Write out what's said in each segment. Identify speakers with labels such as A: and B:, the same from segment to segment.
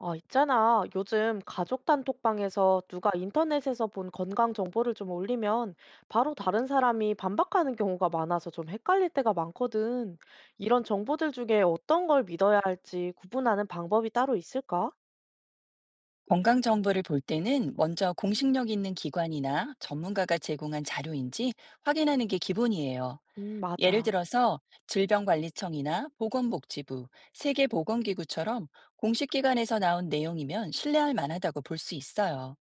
A: 아, 있잖아. 요즘 가족 단톡방에서 누가 인터넷에서 본 건강 정보를 좀 올리면 바로 다른 사람이 반박하는 경우가 많아서 좀 헷갈릴 때가 많거든. 이런 정보들 중에 어떤 걸 믿어야 할지 구분하는 방법이 따로 있을까?
B: 건강 정보를 볼 때는 먼저 공식력 있는 기관이나 전문가가 제공한 자료인지 확인하는 게 기본이에요. 예를
A: 맞아.
B: 들어서 질병관리청이나 보건복지부, 세계보건기구처럼 공식 기관에서 나온 내용이면 신뢰할 만하다고 볼 수 있어요.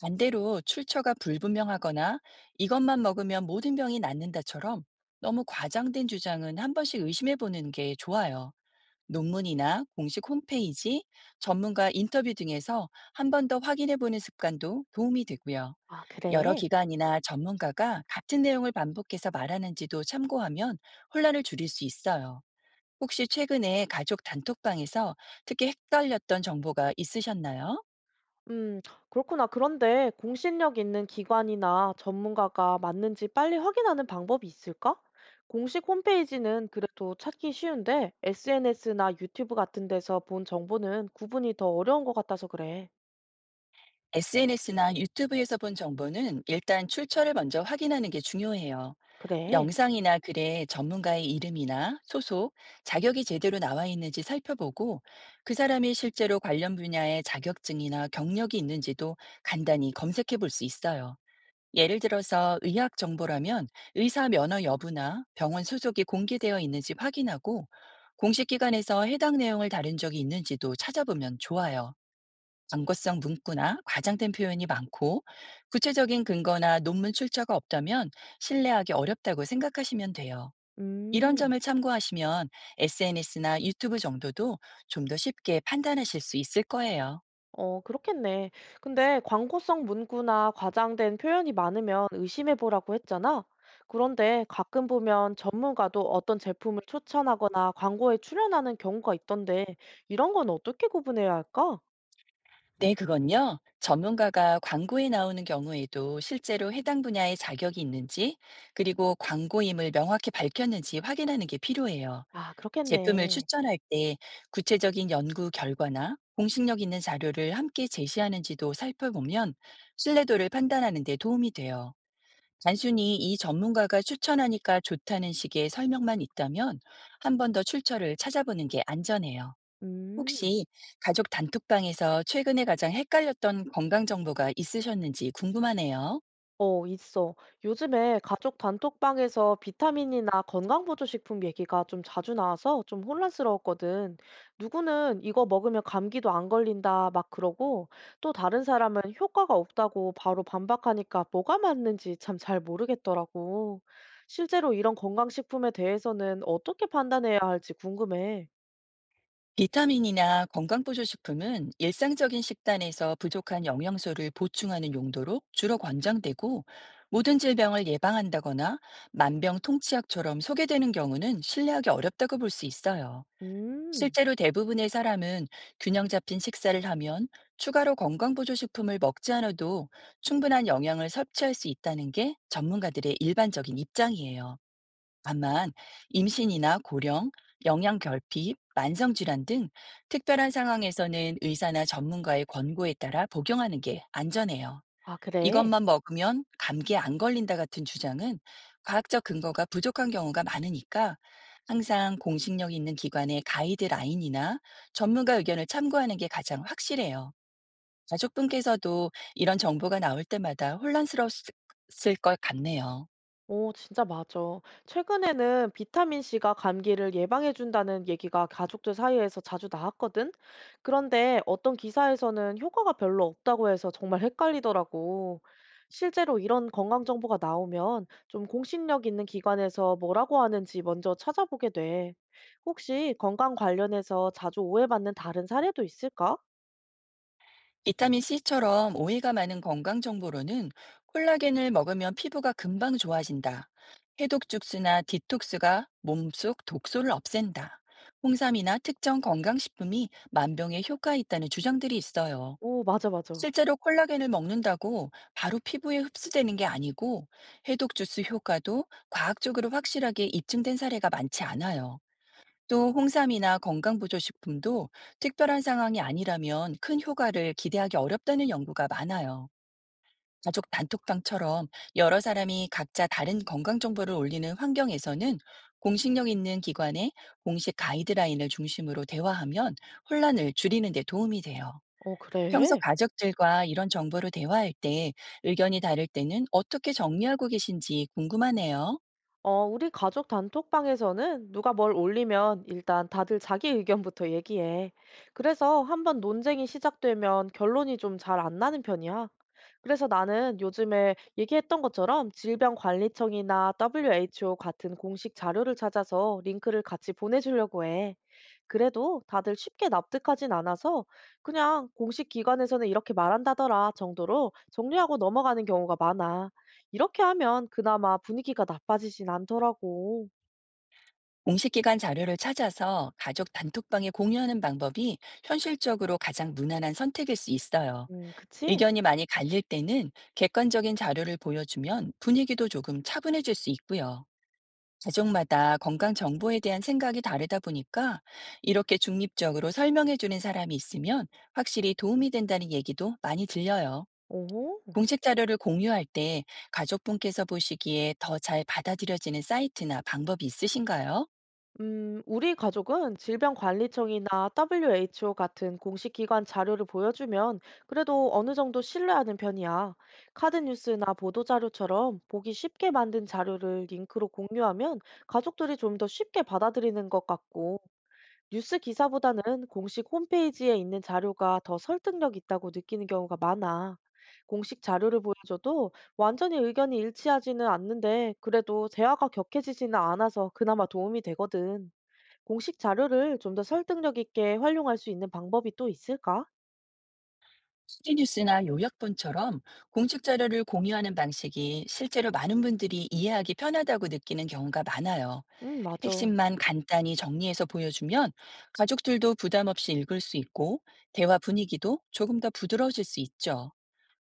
B: 반대로 출처가 불분명하거나 이것만 먹으면 모든 병이 낫는다처럼 너무 과장된 주장은 한 번씩 의심해 보는 게 좋아요. 논문이나 공식 홈페이지, 전문가 인터뷰 등에서 한 번 더 확인해 보는 습관도 도움이 되고요.
A: 아,
B: 여러
A: 그래?
B: 기관이나 전문가가 같은 내용을 반복해서 말하는지도 참고하면 혼란을 줄일 수 있어요. 혹시 최근에 가족 단톡방에서 특히 헷갈렸던 정보가 있으셨나요?
A: 음, 그렇구나. 그런데 공신력 있는 기관이나 전문가가 맞는지 빨리 확인하는 방법이 있을까? 공식 홈페이지는 그래도 찾기 쉬운데 SNS나 유튜브 같은 데서 본 정보는 구분이 더 어려운 것 같아서 그래.
B: SNS나 유튜브에서 본 정보는 일단 출처를 먼저 확인하는 게 중요해요.
A: 그래.
B: 영상이나 글에 전문가의 이름이나 소속, 자격이 제대로 나와 있는지 살펴보고 그 사람이 실제로 관련 분야의 자격증이나 경력이 있는지도 간단히 검색해 볼 수 있어요. 예를 들어서 의학 정보라면 의사 면허 여부나 병원 소속이 공개되어 있는지 확인하고 공식 기관에서 해당 내용을 다룬 적이 있는지도 찾아보면 좋아요. 광고성 문구나 과장된 표현이 많고 구체적인 근거나 논문 출처가 없다면 신뢰하기 어렵다고 생각하시면 돼요. 이런
A: 음.
B: 점을 참고하시면 SNS나 유튜브 정도도 좀 더 쉽게 판단하실 수 있을 거예요.
A: 어, 그렇겠네. 근데 광고성 문구나 과장된 표현이 많으면 의심해 보라고 했잖아. 그런데 가끔 보면 전문가도 어떤 제품을 추천하거나 광고에 출연하는 경우가 있던데, 이런 건 어떻게 구분해야 할까?
B: 네, 그건요. 전문가가 광고에 나오는 경우에도 실제로 해당 분야의 자격이 있는지, 그리고 광고임을 명확히 밝혔는지 확인하는 게 필요해요.
A: 아,
B: 제품을
A: 그렇겠네.
B: 추천할 때 구체적인 연구 결과나 공식력 있는 자료를 함께 제시하는지도 살펴보면 신뢰도를 판단하는 데 도움이 돼요. 단순히 이 전문가가 추천하니까 좋다는 식의 설명만 있다면 한 번 더 출처를 찾아보는 게 안전해요.
A: 음.
B: 혹시 가족 단톡방에서 최근에 가장 헷갈렸던 건강 정보가 있으셨는지 궁금하네요.
A: 어, 있어. 요즘에 가족 단톡방에서 비타민이나 건강보조식품 얘기가 좀 자주 나와서 좀 혼란스러웠거든. 누구는 이거 먹으면 감기도 안 걸린다 막 그러고 또 다른 사람은 효과가 없다고 바로 반박하니까 뭐가 맞는지 참 잘 모르겠더라고. 실제로 이런 건강식품에 대해서는 어떻게 판단해야 할지 궁금해.
B: 비타민이나 건강보조식품은 일상적인 식단에서 부족한 영양소를 보충하는 용도로 주로 권장되고, 모든 질병을 예방한다거나 만병통치약처럼 소개되는 경우는 신뢰하기 어렵다고 볼 수 있어요.
A: 음,
B: 실제로 대부분의 사람은 균형 잡힌 식사를 하면 추가로 건강보조식품을 먹지 않아도 충분한 영양을 섭취할 수 있다는 게 전문가들의 일반적인 입장이에요. 다만 임신이나 고령, 영양 결핍, 만성 질환 등 특별한 상황에서는 의사나 전문가의 권고에 따라 복용하는 게 안전해요.
A: 아, 그래.
B: 이것만 먹으면 감기에 안 걸린다 같은 주장은 과학적 근거가 부족한 경우가 많으니까, 항상 공식력 있는 기관의 가이드라인이나 전문가 의견을 참고하는 게 가장 확실해요. 가족분께서도 이런 정보가 나올 때마다 혼란스러웠을 것 같네요.
A: 오, 진짜 맞아. 최근에는 비타민 C가 감기를 예방해준다는 얘기가 가족들 사이에서 자주 나왔거든? 그런데 어떤 기사에서는 효과가 별로 없다고 해서 정말 헷갈리더라고. 실제로 이런 건강 정보가 나오면 좀 공신력 있는 기관에서 뭐라고 하는지 먼저 찾아보게 돼. 혹시 건강 관련해서 자주 오해받는 다른 사례도 있을까?
B: 비타민C처럼 오이가 많은 건강 정보로는 콜라겐을 먹으면 피부가 금방 좋아진다, 해독 주스나 디톡스가 몸속 독소를 없앤다, 홍삼이나 특정 건강식품이 만병에 효과 있다는 주장들이 있어요.
A: 오, 맞아, 맞아.
B: 실제로 콜라겐을 먹는다고 바로 피부에 흡수되는 게 아니고, 해독 주스 효과도 과학적으로 확실하게 입증된 사례가 많지 않아요. 또 홍삼이나 건강보조식품도 특별한 상황이 아니라면 큰 효과를 기대하기 어렵다는 연구가 많아요. 가족 단톡방처럼 여러 사람이 각자 다른 건강 정보를 올리는 환경에서는 공식력 있는 기관의 공식 가이드라인을 중심으로 대화하면 혼란을 줄이는 데 도움이 돼요.
A: 어,
B: 평소
A: 그래.
B: 가족들과 이런 정보를 대화할 때 의견이 다를 때는 어떻게 정리하고 계신지 궁금하네요.
A: 어, 우리 가족 단톡방에서는 누가 뭘 올리면 일단 다들 자기 의견부터 얘기해. 그래서 한번 논쟁이 시작되면 결론이 좀 잘 안 나는 편이야. 그래서 나는 요즘에 얘기했던 것처럼 질병관리청이나 WHO 같은 공식 자료를 찾아서 링크를 같이 보내주려고 해. 그래도 다들 쉽게 납득하진 않아서 그냥 공식 기관에서는 이렇게 말한다더라 정도로 정리하고 넘어가는 경우가 많아. 이렇게 하면 그나마 분위기가 나빠지진 않더라고.
B: 공식기관 자료를 찾아서 가족 단톡방에 공유하는 방법이 현실적으로 가장 무난한 선택일 수 있어요.
A: 그치?
B: 의견이 많이 갈릴 때는 객관적인 자료를 보여주면 분위기도 조금 차분해질 수 있고요. 가족마다 건강 정보에 대한 생각이 다르다 보니까 이렇게 중립적으로 설명해주는 사람이 있으면 확실히 도움이 된다는 얘기도 많이 들려요.
A: 오호.
B: 공식 자료를 공유할 때 가족분께서 보시기에 더 잘 받아들여지는 사이트나 방법이 있으신가요?
A: 우리 가족은 질병관리청이나 WHO 같은 공식 기관 자료를 보여주면 그래도 어느 정도 신뢰하는 편이야. 카드 뉴스나 보도 자료처럼 보기 쉽게 만든 자료를 링크로 공유하면 가족들이 좀 더 쉽게 받아들이는 것 같고. 뉴스 기사보다는 공식 홈페이지에 있는 자료가 더 설득력 있다고 느끼는 경우가 많아. 공식 자료를 보여줘도 완전히 의견이 일치하지는 않는데 그래도 대화가 격해지지는 않아서 그나마 도움이 되거든. 공식 자료를 좀 더 설득력 있게 활용할 수 있는 방법이 또 있을까?
B: 수지뉴스나 요약본처럼 공식 자료를 공유하는 방식이 실제로 많은 분들이 이해하기 편하다고 느끼는 경우가 많아요.
A: 응, 맞아.
B: 핵심만 간단히 정리해서 보여주면 가족들도 부담 없이 읽을 수 있고, 대화 분위기도 조금 더 부드러워질 수 있죠.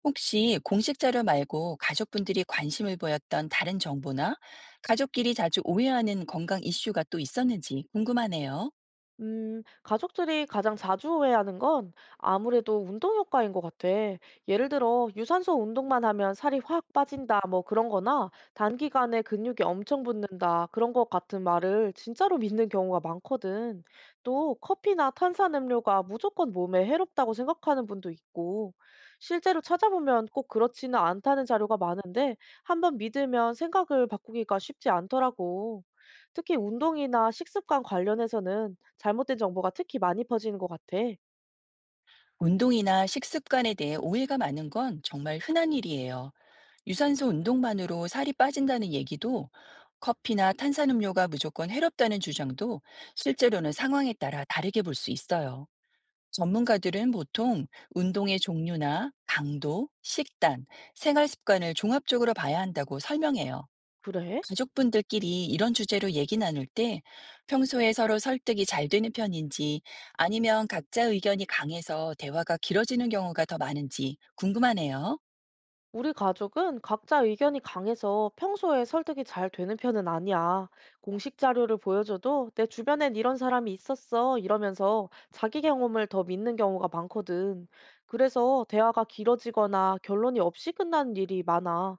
B: 혹시 공식 자료 말고 가족분들이 관심을 보였던 다른 정보나 가족끼리 자주 오해하는 건강 이슈가 또 있었는지 궁금하네요.
A: 가족들이 가장 자주 오해하는 건 아무래도 운동 효과인 것 같아. 예를 들어, 유산소 운동만 하면 살이 확 빠진다, 뭐 그런 거나, 단기간에 근육이 엄청 붙는다, 그런 것 같은 말을 진짜로 믿는 경우가 많거든. 또, 커피나 탄산음료가 무조건 몸에 해롭다고 생각하는 분도 있고, 실제로 찾아보면 꼭 그렇지는 않다는 자료가 많은데, 한번 믿으면 생각을 바꾸기가 쉽지 않더라고. 특히 운동이나 식습관 관련해서는 잘못된 정보가 특히 많이 퍼지는 것 같아.
B: 운동이나 식습관에 대해 오해가 많은 건 정말 흔한 일이에요. 유산소 운동만으로 살이 빠진다는 얘기도, 커피나 탄산음료가 무조건 해롭다는 주장도 실제로는 상황에 따라 다르게 볼 수 있어요. 전문가들은 보통 운동의 종류나 강도, 식단, 생활 습관을 종합적으로 봐야 한다고 설명해요.
A: 그래?
B: 가족분들끼리 이런 주제로 얘기 나눌 때 평소에 서로 설득이 잘 되는 편인지, 아니면 각자 의견이 강해서 대화가 길어지는 경우가 더 많은지 궁금하네요.
A: 우리 가족은 각자 의견이 강해서 평소에 설득이 잘 되는 편은 아니야. 공식 자료를 보여줘도 내 주변엔 이런 사람이 있었어 이러면서 자기 경험을 더 믿는 경우가 많거든. 그래서 대화가 길어지거나 결론이 없이 끝나는 일이 많아.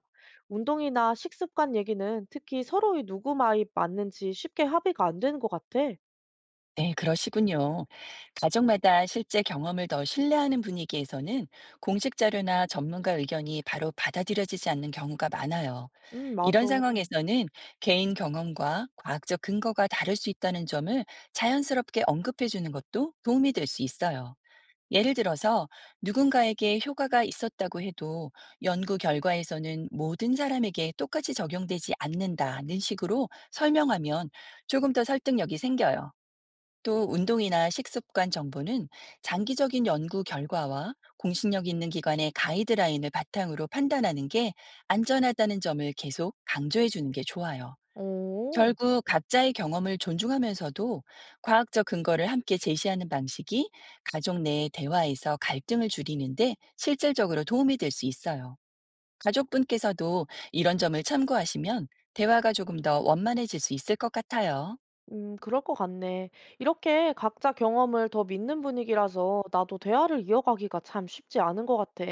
A: 운동이나 식습관 얘기는 특히 서로의 누구 말이 맞는지 쉽게 합의가 안 되는 것 같아.
B: 네, 그러시군요. 가족마다 실제 경험을 더 신뢰하는 분위기에서는 공식 자료나 전문가 의견이 바로 받아들여지지 않는 경우가 많아요.
A: 맞아.
B: 이런 상황에서는 개인 경험과 과학적 근거가 다를 수 있다는 점을 자연스럽게 언급해 주는 것도 도움이 될 수 있어요. 예를 들어서 누군가에게 효과가 있었다고 해도 연구 결과에서는 모든 사람에게 똑같이 적용되지 않는다는 식으로 설명하면 조금 더 설득력이 생겨요. 또 운동이나 식습관 정보는 장기적인 연구 결과와 공신력 있는 기관의 가이드라인을 바탕으로 판단하는 게 안전하다는 점을 계속 강조해 주는 게 좋아요.
A: 오,
B: 결국 각자의 경험을 존중하면서도 과학적 근거를 함께 제시하는 방식이 가족 내의 대화에서 갈등을 줄이는데 실질적으로 도움이 될 수 있어요. 가족분께서도 이런 점을 참고하시면 대화가 조금 더 원만해질 수 있을 것 같아요.
A: 그럴 것 같네. 이렇게 각자 경험을 더 믿는 분위기라서 나도 대화를 이어가기가 참 쉽지 않은 것 같아.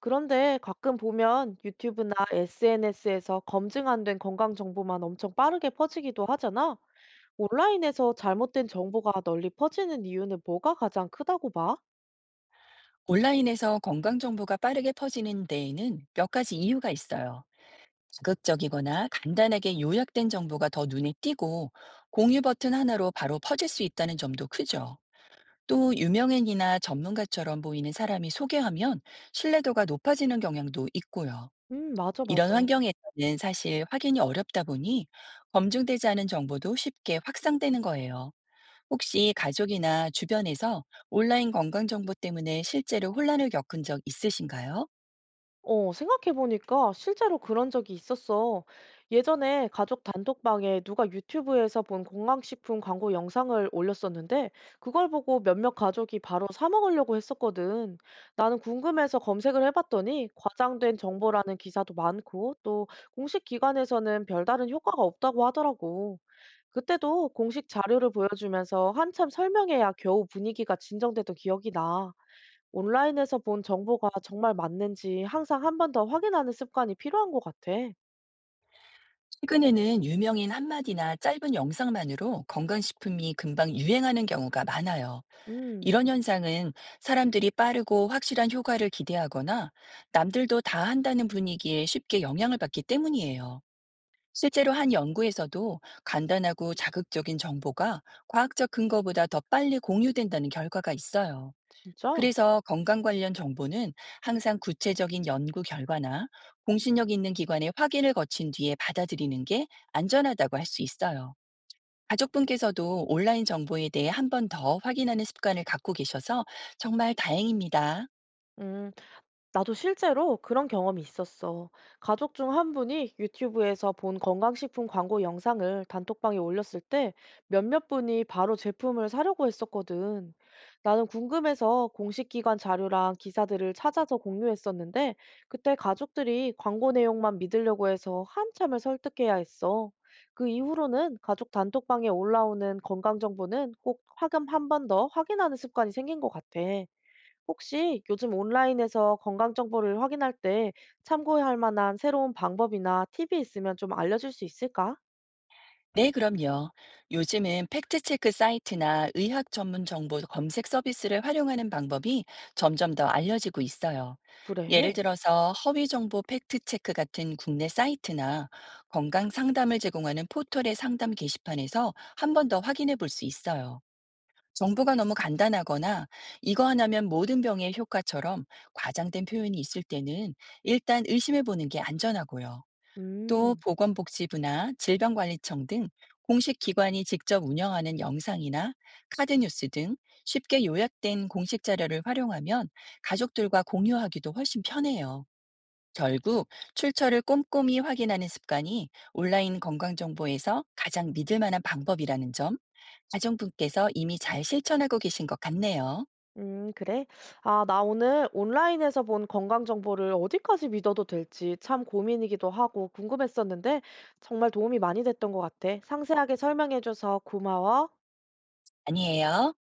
A: 그런데 가끔 보면 유튜브나 SNS에서 검증 안 된 건강 정보만 엄청 빠르게 퍼지기도 하잖아. 온라인에서 잘못된 정보가 널리 퍼지는 이유는 뭐가 가장 크다고 봐?
B: 온라인에서 건강 정보가 빠르게 퍼지는 데에는 몇 가지 이유가 있어요. 자극적이거나 간단하게 요약된 정보가 더 눈에 띄고, 공유 버튼 하나로 바로 퍼질 수 있다는 점도 크죠. 또 유명인이나 전문가처럼 보이는 사람이 소개하면 신뢰도가 높아지는 경향도 있고요.
A: 맞아, 맞아.
B: 이런 환경에서는 사실 확인이 어렵다 보니 검증되지 않은 정보도 쉽게 확산되는 거예요. 혹시 가족이나 주변에서 온라인 건강 정보 때문에 실제로 혼란을 겪은 적 있으신가요?
A: 어, 생각해보니까 실제로 그런 적이 있었어. 예전에 가족 단톡방에 누가 유튜브에서 본 건강식품 광고 영상을 올렸었는데, 그걸 보고 몇몇 가족이 바로 사 먹으려고 했었거든. 나는 궁금해서 검색을 해봤더니, 과장된 정보라는 기사도 많고, 또 공식 기관에서는 별다른 효과가 없다고 하더라고. 그때도 공식 자료를 보여주면서 한참 설명해야 겨우 분위기가 진정되던 기억이 나. 온라인에서 본 정보가 정말 맞는지 항상 한 번 더 확인하는 습관이 필요한 것 같아.
B: 최근에는 유명인 한마디나 짧은 영상만으로 건강식품이 금방 유행하는 경우가 많아요.
A: 음.
B: 이런 현상은 사람들이 빠르고 확실한 효과를 기대하거나 남들도 다 한다는 분위기에 쉽게 영향을 받기 때문이에요. 실제로 한 연구에서도 간단하고 자극적인 정보가 과학적 근거보다 더 빨리 공유된다는 결과가 있어요.
A: 진짜?
B: 그래서 건강 관련 정보는 항상 구체적인 연구 결과나 공신력 있는 기관의 확인을 거친 뒤에 받아들이는 게 안전하다고 할 수 있어요. 가족분께서도 온라인 정보에 대해 한 번 더 확인하는 습관을 갖고 계셔서 정말 다행입니다.
A: 음. 나도 실제로 그런 경험이 있었어. 가족 중 한 분이 유튜브에서 본 건강식품 광고 영상을 단톡방에 올렸을 때 몇몇 분이 바로 제품을 사려고 했었거든. 나는 궁금해서 공식 기관 자료랑 기사들을 찾아서 공유했었는데 그때 가족들이 광고 내용만 믿으려고 해서 한참을 설득해야 했어. 그 이후로는 가족 단톡방에 올라오는 건강 정보는 꼭 화금 한 번 더 확인하는 습관이 생긴 것 같아. 혹시 요즘 온라인에서 건강 정보를 확인할 때 참고할 만한 새로운 방법이나 팁이 있으면 좀 알려줄 수 있을까?
B: 네, 그럼요. 요즘은 팩트체크 사이트나 의학 전문 정보 검색 서비스를 활용하는 방법이 점점 더 알려지고 있어요. 예를
A: 그래.
B: 들어서 허위 정보 팩트체크 같은 국내 사이트나 건강 상담을 제공하는 포털의 상담 게시판에서 한 번 더 확인해 볼 수 있어요. 정보가 너무 간단하거나 이거 하나면 모든 병의 효과처럼 과장된 표현이 있을 때는 일단 의심해 보는 게 안전하고요. 또
A: 음,
B: 보건복지부나 질병관리청 등 공식 기관이 직접 운영하는 영상이나 카드 뉴스 등 쉽게 요약된 공식 자료를 활용하면 가족들과 공유하기도 훨씬 편해요. 결국 출처를 꼼꼼히 확인하는 습관이 온라인 건강정보에서 가장 믿을 만한 방법이라는 점, 가정분께서 이미 잘 실천하고 계신 것 같네요.
A: 그래? 아, 나 오늘 온라인에서 본 건강 정보를 어디까지 믿어도 될지 참 고민이기도 하고 궁금했었는데 정말 도움이 많이 됐던 것 같아. 상세하게 설명해줘서 고마워.
B: 아니에요?